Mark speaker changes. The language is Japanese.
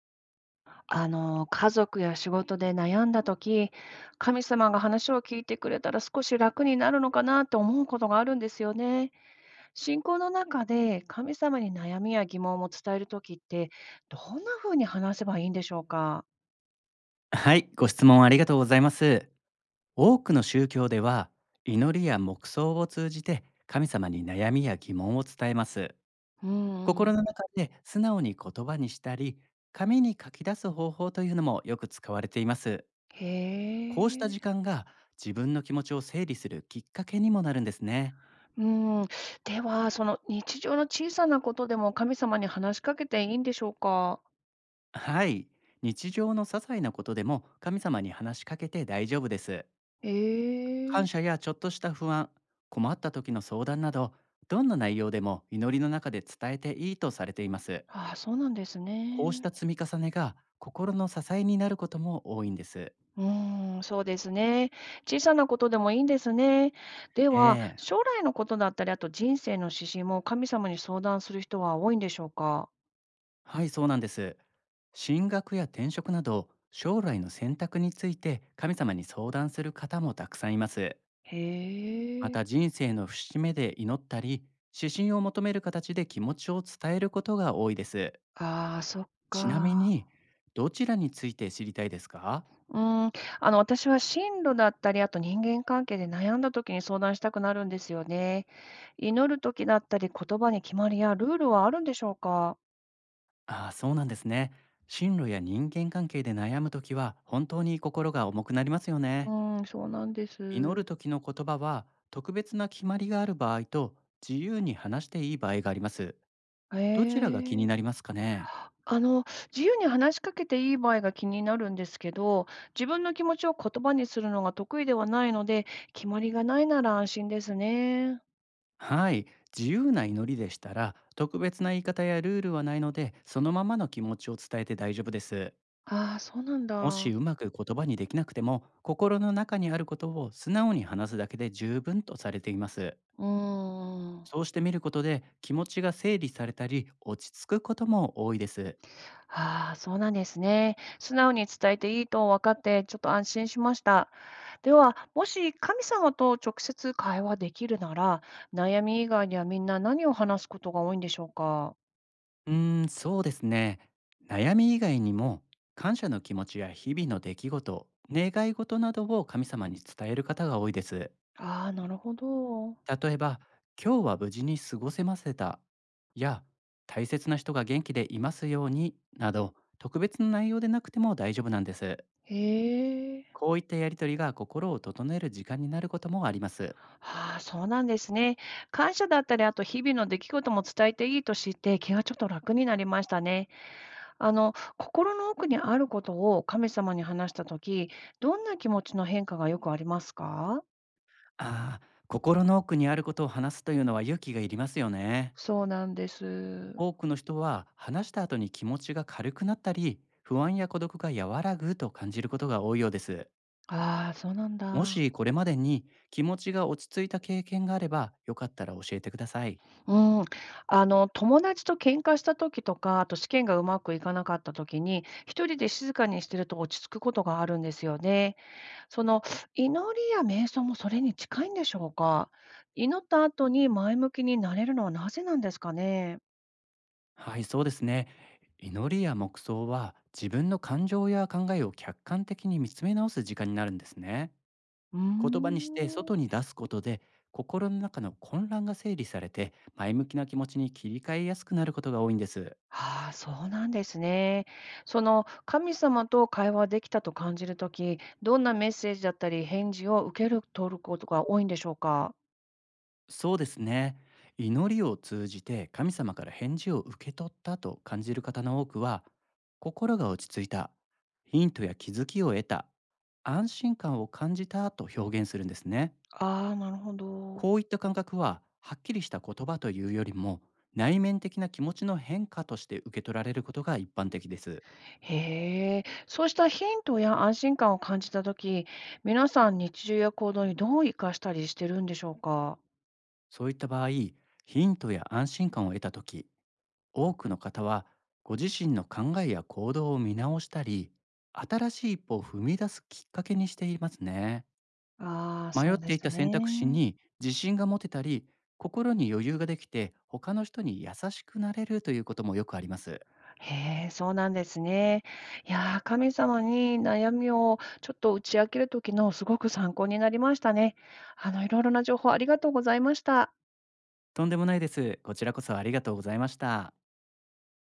Speaker 1: 家族や仕事で悩んだとき、神様が話を聞いてくれたら少し楽になるのかなと思うことがあるんですよね。信仰の中で神様に悩みや疑問を伝えるときって、どんな風に話せばいいんでしょうか？
Speaker 2: はい、ご質問ありがとうございます。多くの宗教では、祈りや黙想を通じて神様に悩みや疑問を伝えます。
Speaker 1: うん。
Speaker 2: 心の中で素直に言葉にしたり、紙に書き出す方法というのもよく使われています。
Speaker 1: へ
Speaker 2: こうした時
Speaker 1: え。
Speaker 2: 間が自分の気持ちを整理するきっかけにもなるんですね。
Speaker 1: うん。では、その日常の小さなことでも神様に話しかけていいんでしょうか？
Speaker 2: はい、日常の些細なことでも神様に話しかけて大丈夫です。
Speaker 1: え
Speaker 2: 感
Speaker 1: え。
Speaker 2: 謝やちょっとした不安、困った時の相談など、どんな内容でも祈りの中で伝えていいとされています。
Speaker 1: ああ、そうなんです
Speaker 2: こうし
Speaker 1: ね。
Speaker 2: た積み重ねが心の支えになることも多いんです。
Speaker 1: うーん、そうですね。小さなことでもいいんですね。で
Speaker 2: え
Speaker 1: は、
Speaker 2: え、
Speaker 1: 将来のことだったり、あと人生の指針も神様に相談する人は多いんでしょうか？
Speaker 2: はい、そうなんです。進学や転職など、将来の選択について神様に相談する方もたくさんいます。
Speaker 1: へ
Speaker 2: ま
Speaker 1: え。
Speaker 2: た人生の節目で祈ったり、指針を求める形で気持ちを伝えることが多いです。
Speaker 1: ああ、そっ
Speaker 2: ちなみ
Speaker 1: か。
Speaker 2: に、どちらについて知りたいですか？
Speaker 1: うーん、私は進路だったり、あと人間関係で悩んだ時に相談したくなるんですよね。祈る時だったり、言葉に決まりやルールはあるんでしょうか？
Speaker 2: ああ、そうなんですね。進路や人間関係で悩むときは本当に心が重くなりますよ
Speaker 1: う
Speaker 2: ね。
Speaker 1: ーん、そうなんで
Speaker 2: 祈
Speaker 1: す。
Speaker 2: る時の言葉は、特別な決まりがある場合と、自由に話していい場合があります。
Speaker 1: へ
Speaker 2: どちらが気にな
Speaker 1: え。
Speaker 2: りますかね？
Speaker 1: あの、自由に話しかけていい場合が気になるんですけど、自分の気持ちを言葉にするのが得意ではないので、決まりがないなら安心ですね。
Speaker 2: はい、自由な祈りでしたら特別な言い方やルールはないので、そのままの気持ちを伝えて大丈夫です。
Speaker 1: ああ、そうなん
Speaker 2: もし
Speaker 1: だ。
Speaker 2: うまく言葉にできなくても、心の中にあることを素直に話すだけで十分とされています。
Speaker 1: うーん。
Speaker 2: そうしてみることで、気持ちが整理されたり落ち着くことも多いです。
Speaker 1: ああ、そうなんですね。素直に伝えていいと分かって、ちょっと安心しました。では、もし神様と直接会話できるなら、悩み以外にはみんな何を話すことが多いんでしょうか。
Speaker 2: そうですね。悩み以外にも、感謝の気持ちや日々の出来事、願い事などを神様に伝える方が多いです。
Speaker 1: ああ、なるほど。
Speaker 2: 例えば、今日は無事に過ごせませた、や、大切な人が元気でいますように、など、特別な内容でなくても大丈夫なんです。
Speaker 1: へえ。
Speaker 2: こういったやりとりが心を整える時間になることもあります。
Speaker 1: ああ、そうなんですね。感謝だったり、あと日々の出来事も伝えていいと知って、気がちょっと楽になりましたね。心の奥にあることを神様に話したとき、どんな気持ちの変化がよくありますか？
Speaker 2: ああ、心の奥にあることを話すというのは勇気がいりますよね。
Speaker 1: そうなんです。
Speaker 2: 多くの人は話した後に気持ちが軽くなったり、不安や孤独が和らぐと感じることが多いようです。
Speaker 1: ああ、そうなん
Speaker 2: も
Speaker 1: だ。
Speaker 2: しこれまでに気持ちが落ち着いた経験があれば、よかったら教えてください。
Speaker 1: うん。友達と喧嘩したときとか、あと試験がうまくいかなかったときに、一人で静かにしてると落ち着くことがあるんですよね。その祈りや瞑想もそれに近いんでしょうか？祈った後に前向きになれるのはなぜなんですかね？
Speaker 2: はい、そうですね。祈りや黙想は、自分の感情や考えを客観的に見つめ直す時間になるんですね。
Speaker 1: うー
Speaker 2: 言葉にして
Speaker 1: ん。
Speaker 2: 外に出すことで、心の中の混乱が整理されて、前向きな気持ちに切り替えやすくなることが多いんです。
Speaker 1: ああ、そうなんですね。その神様と会話できたと感じるとき、どんなメッセージだったり返事を受ける取ることが多いんでしょうか？
Speaker 2: そうですね。祈りを通じて神様から返事を受け取ったと感じる方の多くは、心が落ち着いた、ヒントや気づきを得た、安心感を感じた、と表現するんですね。
Speaker 1: ああ、なるほど。
Speaker 2: こういった感覚は、はっきりした言葉というよりも、内面的な気持ちの変化として受け取られることが一般的です。
Speaker 1: へえ。そうしたヒントや安心感を感じたとき、皆さん日常や行動にどう活かしたりしてるんでしょうか？
Speaker 2: そういった場合、ヒントや安心感を得た時、多くの方はご自身の考えや行動を見直したり、新しい一歩を踏み出すきっかけにしていますね。
Speaker 1: ああ、
Speaker 2: 迷
Speaker 1: そ
Speaker 2: っ
Speaker 1: うで
Speaker 2: てい
Speaker 1: す
Speaker 2: た選択肢
Speaker 1: ね。
Speaker 2: に自信が持てたり、心に余裕ができて他の人に優しくなれるということもよくあります。
Speaker 1: へえ、そうなんですね。いやー、神様に悩みをちょっと打ち明ける時のすごく参考になりましたね。いろいろな情報ありがとうございました。
Speaker 2: とんでもないです。こちらこそありがとうございました。